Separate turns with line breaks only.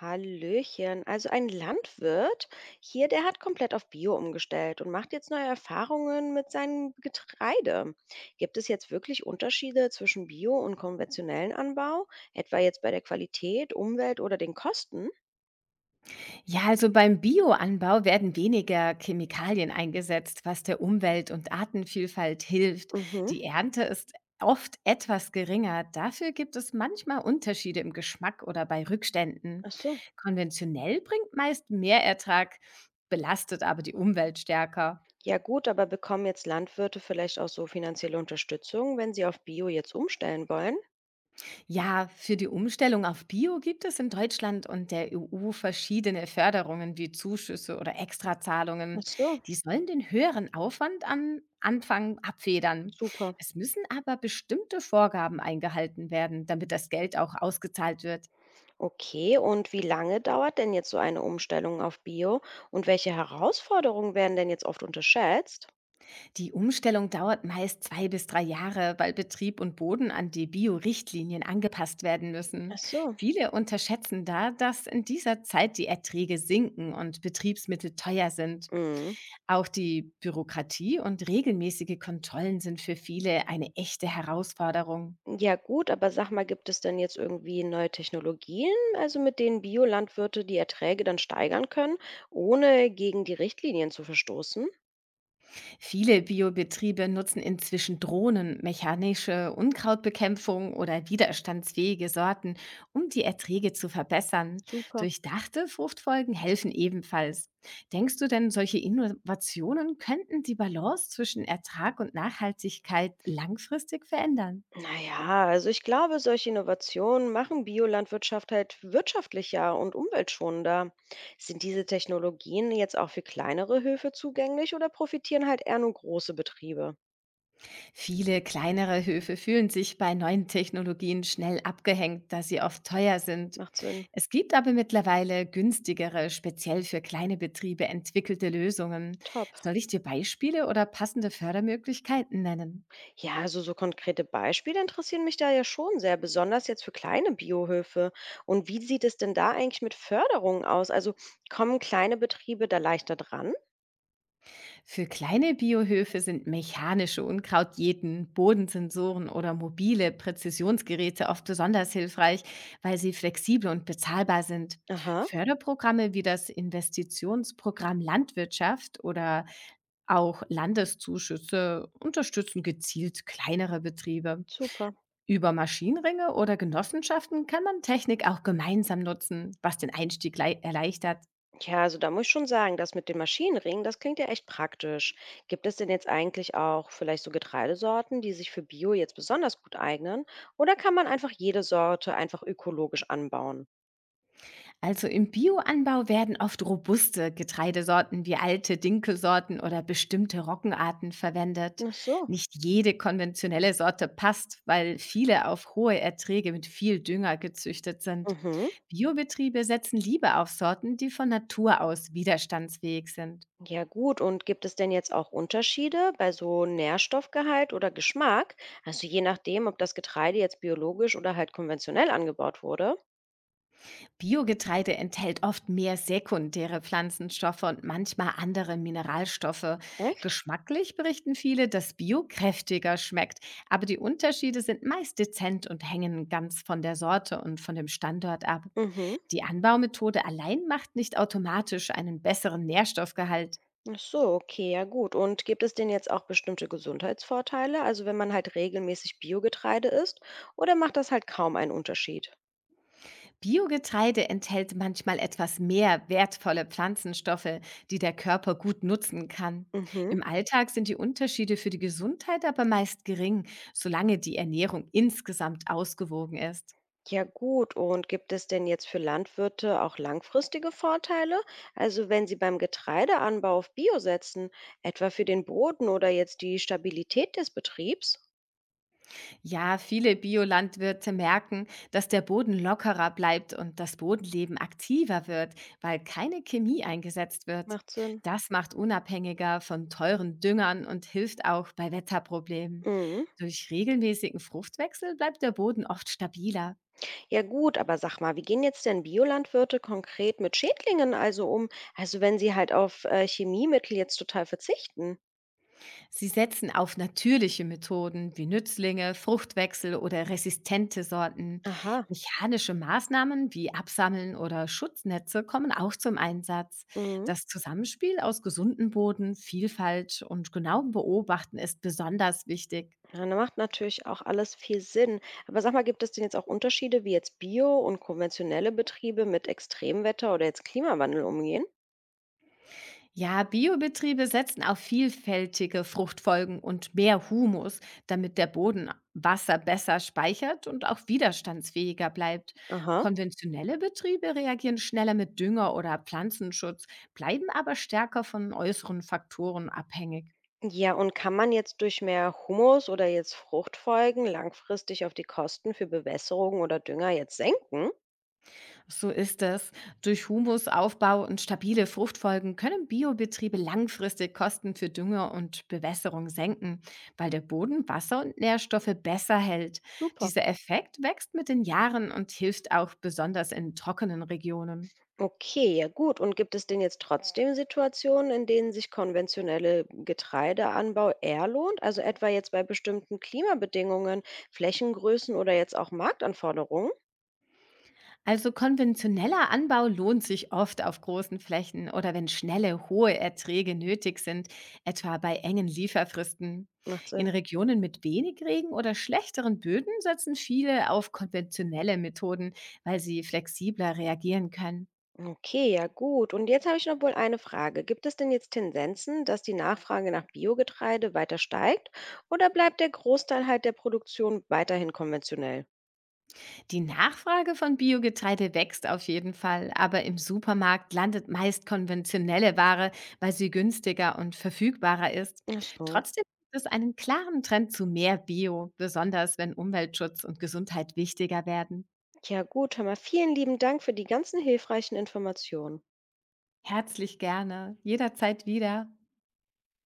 Hallöchen. Also ein Landwirt hier, der hat komplett auf Bio umgestellt und macht jetzt neue Erfahrungen mit seinem Getreide. Gibt es jetzt wirklich Unterschiede zwischen Bio und konventionellen Anbau, etwa jetzt bei der Qualität, Umwelt oder den Kosten?
Ja, also beim Bioanbau werden weniger Chemikalien eingesetzt, was der Umwelt und Artenvielfalt hilft.
Mhm.
Die Ernte ist oft etwas geringer. Dafür gibt es manchmal Unterschiede im Geschmack oder bei Rückständen.
Ach so.
Konventionell bringt meist mehr Ertrag, belastet aber die Umwelt stärker.
Ja gut, aber bekommen jetzt Landwirte vielleicht auch so finanzielle Unterstützung, wenn sie auf Bio jetzt umstellen wollen?
Ja, für die Umstellung auf Bio gibt es in Deutschland und der EU verschiedene Förderungen wie Zuschüsse oder
Ach
Extrazahlungen.
so,
Die sollen den höheren Aufwand am Anfang abfedern.
super.
Es müssen aber bestimmte Vorgaben eingehalten werden, damit das Geld auch ausgezahlt wird.
Okay, und wie lange dauert denn jetzt so eine Umstellung auf Bio? Und welche Herausforderungen werden denn jetzt oft unterschätzt?
Die Umstellung dauert meist 2 bis 3 Jahre, weil Betrieb und Boden an die Bio-Richtlinien angepasst werden müssen.
Ach so.
Viele unterschätzen da, dass in dieser Zeit die Erträge sinken und Betriebsmittel teuer sind.
Mhm.
Auch die Bürokratie und regelmäßige Kontrollen sind für viele eine echte Herausforderung.
Ja gut, aber sag mal, gibt es denn jetzt irgendwie neue Technologien, also mit denen Biolandwirte die Erträge dann steigern können, ohne gegen die Richtlinien zu verstoßen?
Viele Biobetriebe nutzen inzwischen Drohnen, mechanische Unkrautbekämpfung oder widerstandsfähige Sorten, um die Erträge zu verbessern.
Super.
Durchdachte Fruchtfolgen helfen ebenfalls. Denkst du denn, solche Innovationen könnten die Balance zwischen Ertrag und Nachhaltigkeit langfristig verändern?
Naja, also ich glaube, solche Innovationen machen Biolandwirtschaft halt wirtschaftlicher und umweltschonender. Sind diese Technologien jetzt auch für kleinere Höfe zugänglich oder profitieren halt eher nur große Betriebe?
Viele kleinere Höfe fühlen sich bei neuen Technologien schnell abgehängt, da sie oft teuer sind.
Macht Sinn.
Es gibt aber mittlerweile günstigere, speziell für kleine Betriebe entwickelte Lösungen.
Top.
Soll ich dir Beispiele oder passende Fördermöglichkeiten nennen?
Ja, also so konkrete Beispiele interessieren mich da ja schon sehr, besonders jetzt für kleine Biohöfe. Und wie sieht es denn da eigentlich mit Förderungen aus? Also kommen kleine Betriebe da leichter dran?
Für kleine Biohöfe sind mechanische Unkrautjäten, Bodensensoren oder mobile Präzisionsgeräte oft besonders hilfreich, weil sie flexibel und bezahlbar sind.
Aha,
Förderprogramme wie das Investitionsprogramm Landwirtschaft oder auch Landeszuschüsse unterstützen gezielt kleinere Betriebe.
super.
Über Maschinenringe oder Genossenschaften kann man Technik auch gemeinsam nutzen, was den Einstieg erleichtert.
Ja, also da muss ich schon sagen, das mit den Maschinenringen, das klingt ja echt praktisch. Gibt es denn jetzt eigentlich auch vielleicht so Getreidesorten, die sich für Bio jetzt besonders gut eignen? Oder kann man einfach jede Sorte einfach ökologisch anbauen?
Also im Bioanbau werden oft robuste Getreidesorten wie alte Dinkelsorten oder bestimmte Roggenarten verwendet.
Ach so.
Nicht jede konventionelle Sorte passt, weil viele auf hohe Erträge mit viel Dünger gezüchtet sind.
Mhm.
Biobetriebe setzen lieber auf Sorten, die von Natur aus widerstandsfähig sind.
Ja gut, und gibt es denn jetzt auch Unterschiede bei so Nährstoffgehalt oder Geschmack? Also je nachdem, ob das Getreide jetzt biologisch oder halt konventionell angebaut wurde?
Biogetreide enthält oft mehr sekundäre Pflanzenstoffe und manchmal andere Mineralstoffe.
Echt?
Geschmacklich berichten viele, dass Bio kräftiger schmeckt, aber die Unterschiede sind meist dezent und hängen ganz von der Sorte und von dem Standort ab.
Mhm.
Die Anbaumethode allein macht nicht automatisch einen besseren Nährstoffgehalt.
Ach so, okay, ja gut. Und gibt es denn jetzt auch bestimmte Gesundheitsvorteile? Also wenn man halt regelmäßig Biogetreide isst, oder macht das halt kaum einen Unterschied?
Biogetreide enthält manchmal etwas mehr wertvolle Pflanzenstoffe, die der Körper gut nutzen kann.
Mhm.
Im Alltag sind die Unterschiede für die Gesundheit aber meist gering, solange die Ernährung insgesamt ausgewogen ist.
Ja gut. Und gibt es denn jetzt für Landwirte auch langfristige Vorteile? Also wenn sie beim Getreideanbau auf Bio setzen, etwa für den Boden oder jetzt die Stabilität des Betriebs?
Ja, viele Biolandwirte merken, dass der Boden lockerer bleibt und das Bodenleben aktiver wird, weil keine Chemie eingesetzt wird.
Macht Sinn.
Das macht unabhängiger von teuren Düngern und hilft auch bei Wetterproblemen.
Mhm.
Durch regelmäßigen Fruchtwechsel bleibt der Boden oft stabiler.
Ja gut, aber sag mal, wie gehen jetzt denn Biolandwirte konkret mit Schädlingen also um? Also wenn sie halt auf Chemiemittel jetzt total verzichten.
Sie setzen auf natürliche Methoden wie Nützlinge, Fruchtwechsel oder resistente Sorten.
Aha.
Mechanische Maßnahmen wie Absammeln oder Schutznetze kommen auch zum Einsatz.
Mhm.
Das Zusammenspiel aus gesundem Boden, Vielfalt und genauem Beobachten ist besonders wichtig.
Ja, dann macht natürlich auch alles viel Sinn. Aber sag mal, gibt es denn jetzt auch Unterschiede, wie jetzt Bio- und konventionelle Betriebe mit Extremwetter oder jetzt Klimawandel umgehen?
Ja, Biobetriebe setzen auf vielfältige Fruchtfolgen und mehr Humus, damit der Boden Wasser besser speichert und auch widerstandsfähiger bleibt.
Aha.
Konventionelle Betriebe reagieren schneller mit Dünger oder Pflanzenschutz, bleiben aber stärker von äußeren Faktoren abhängig.
Ja, und kann man jetzt durch mehr Humus oder jetzt Fruchtfolgen langfristig auf die Kosten für Bewässerung oder Dünger jetzt senken?
So ist es. Durch Humusaufbau und stabile Fruchtfolgen können Biobetriebe langfristig Kosten für Dünger und Bewässerung senken, weil der Boden Wasser und Nährstoffe besser hält.
Super.
Dieser Effekt wächst mit den Jahren und hilft auch besonders in trockenen Regionen.
Okay, ja gut. Und gibt es denn jetzt trotzdem Situationen, in denen sich konventionelle Getreideanbau eher lohnt? Also etwa jetzt bei bestimmten Klimabedingungen, Flächengrößen oder jetzt auch Marktanforderungen?
Also konventioneller Anbau lohnt sich oft auf großen Flächen oder wenn schnelle, hohe Erträge nötig sind, etwa bei engen Lieferfristen.
Macht
In
Sinn.
Regionen mit wenig Regen oder schlechteren Böden setzen viele auf konventionelle Methoden, weil sie flexibler reagieren können.
Okay, ja gut. Und jetzt habe ich noch wohl eine Frage. Gibt es denn jetzt Tendenzen, dass die Nachfrage nach Biogetreide weiter steigt oder bleibt der Großteil halt der Produktion weiterhin konventionell?
Die Nachfrage von Biogetreide wächst auf jeden Fall, aber im Supermarkt landet meist konventionelle Ware, weil sie günstiger und verfügbarer ist.
Ach so.
Trotzdem gibt es einen klaren Trend zu mehr Bio, besonders wenn Umweltschutz und Gesundheit wichtiger werden.
Ja gut, hör mal, vielen lieben Dank für die ganzen hilfreichen Informationen.
Herzlich gerne, jederzeit wieder.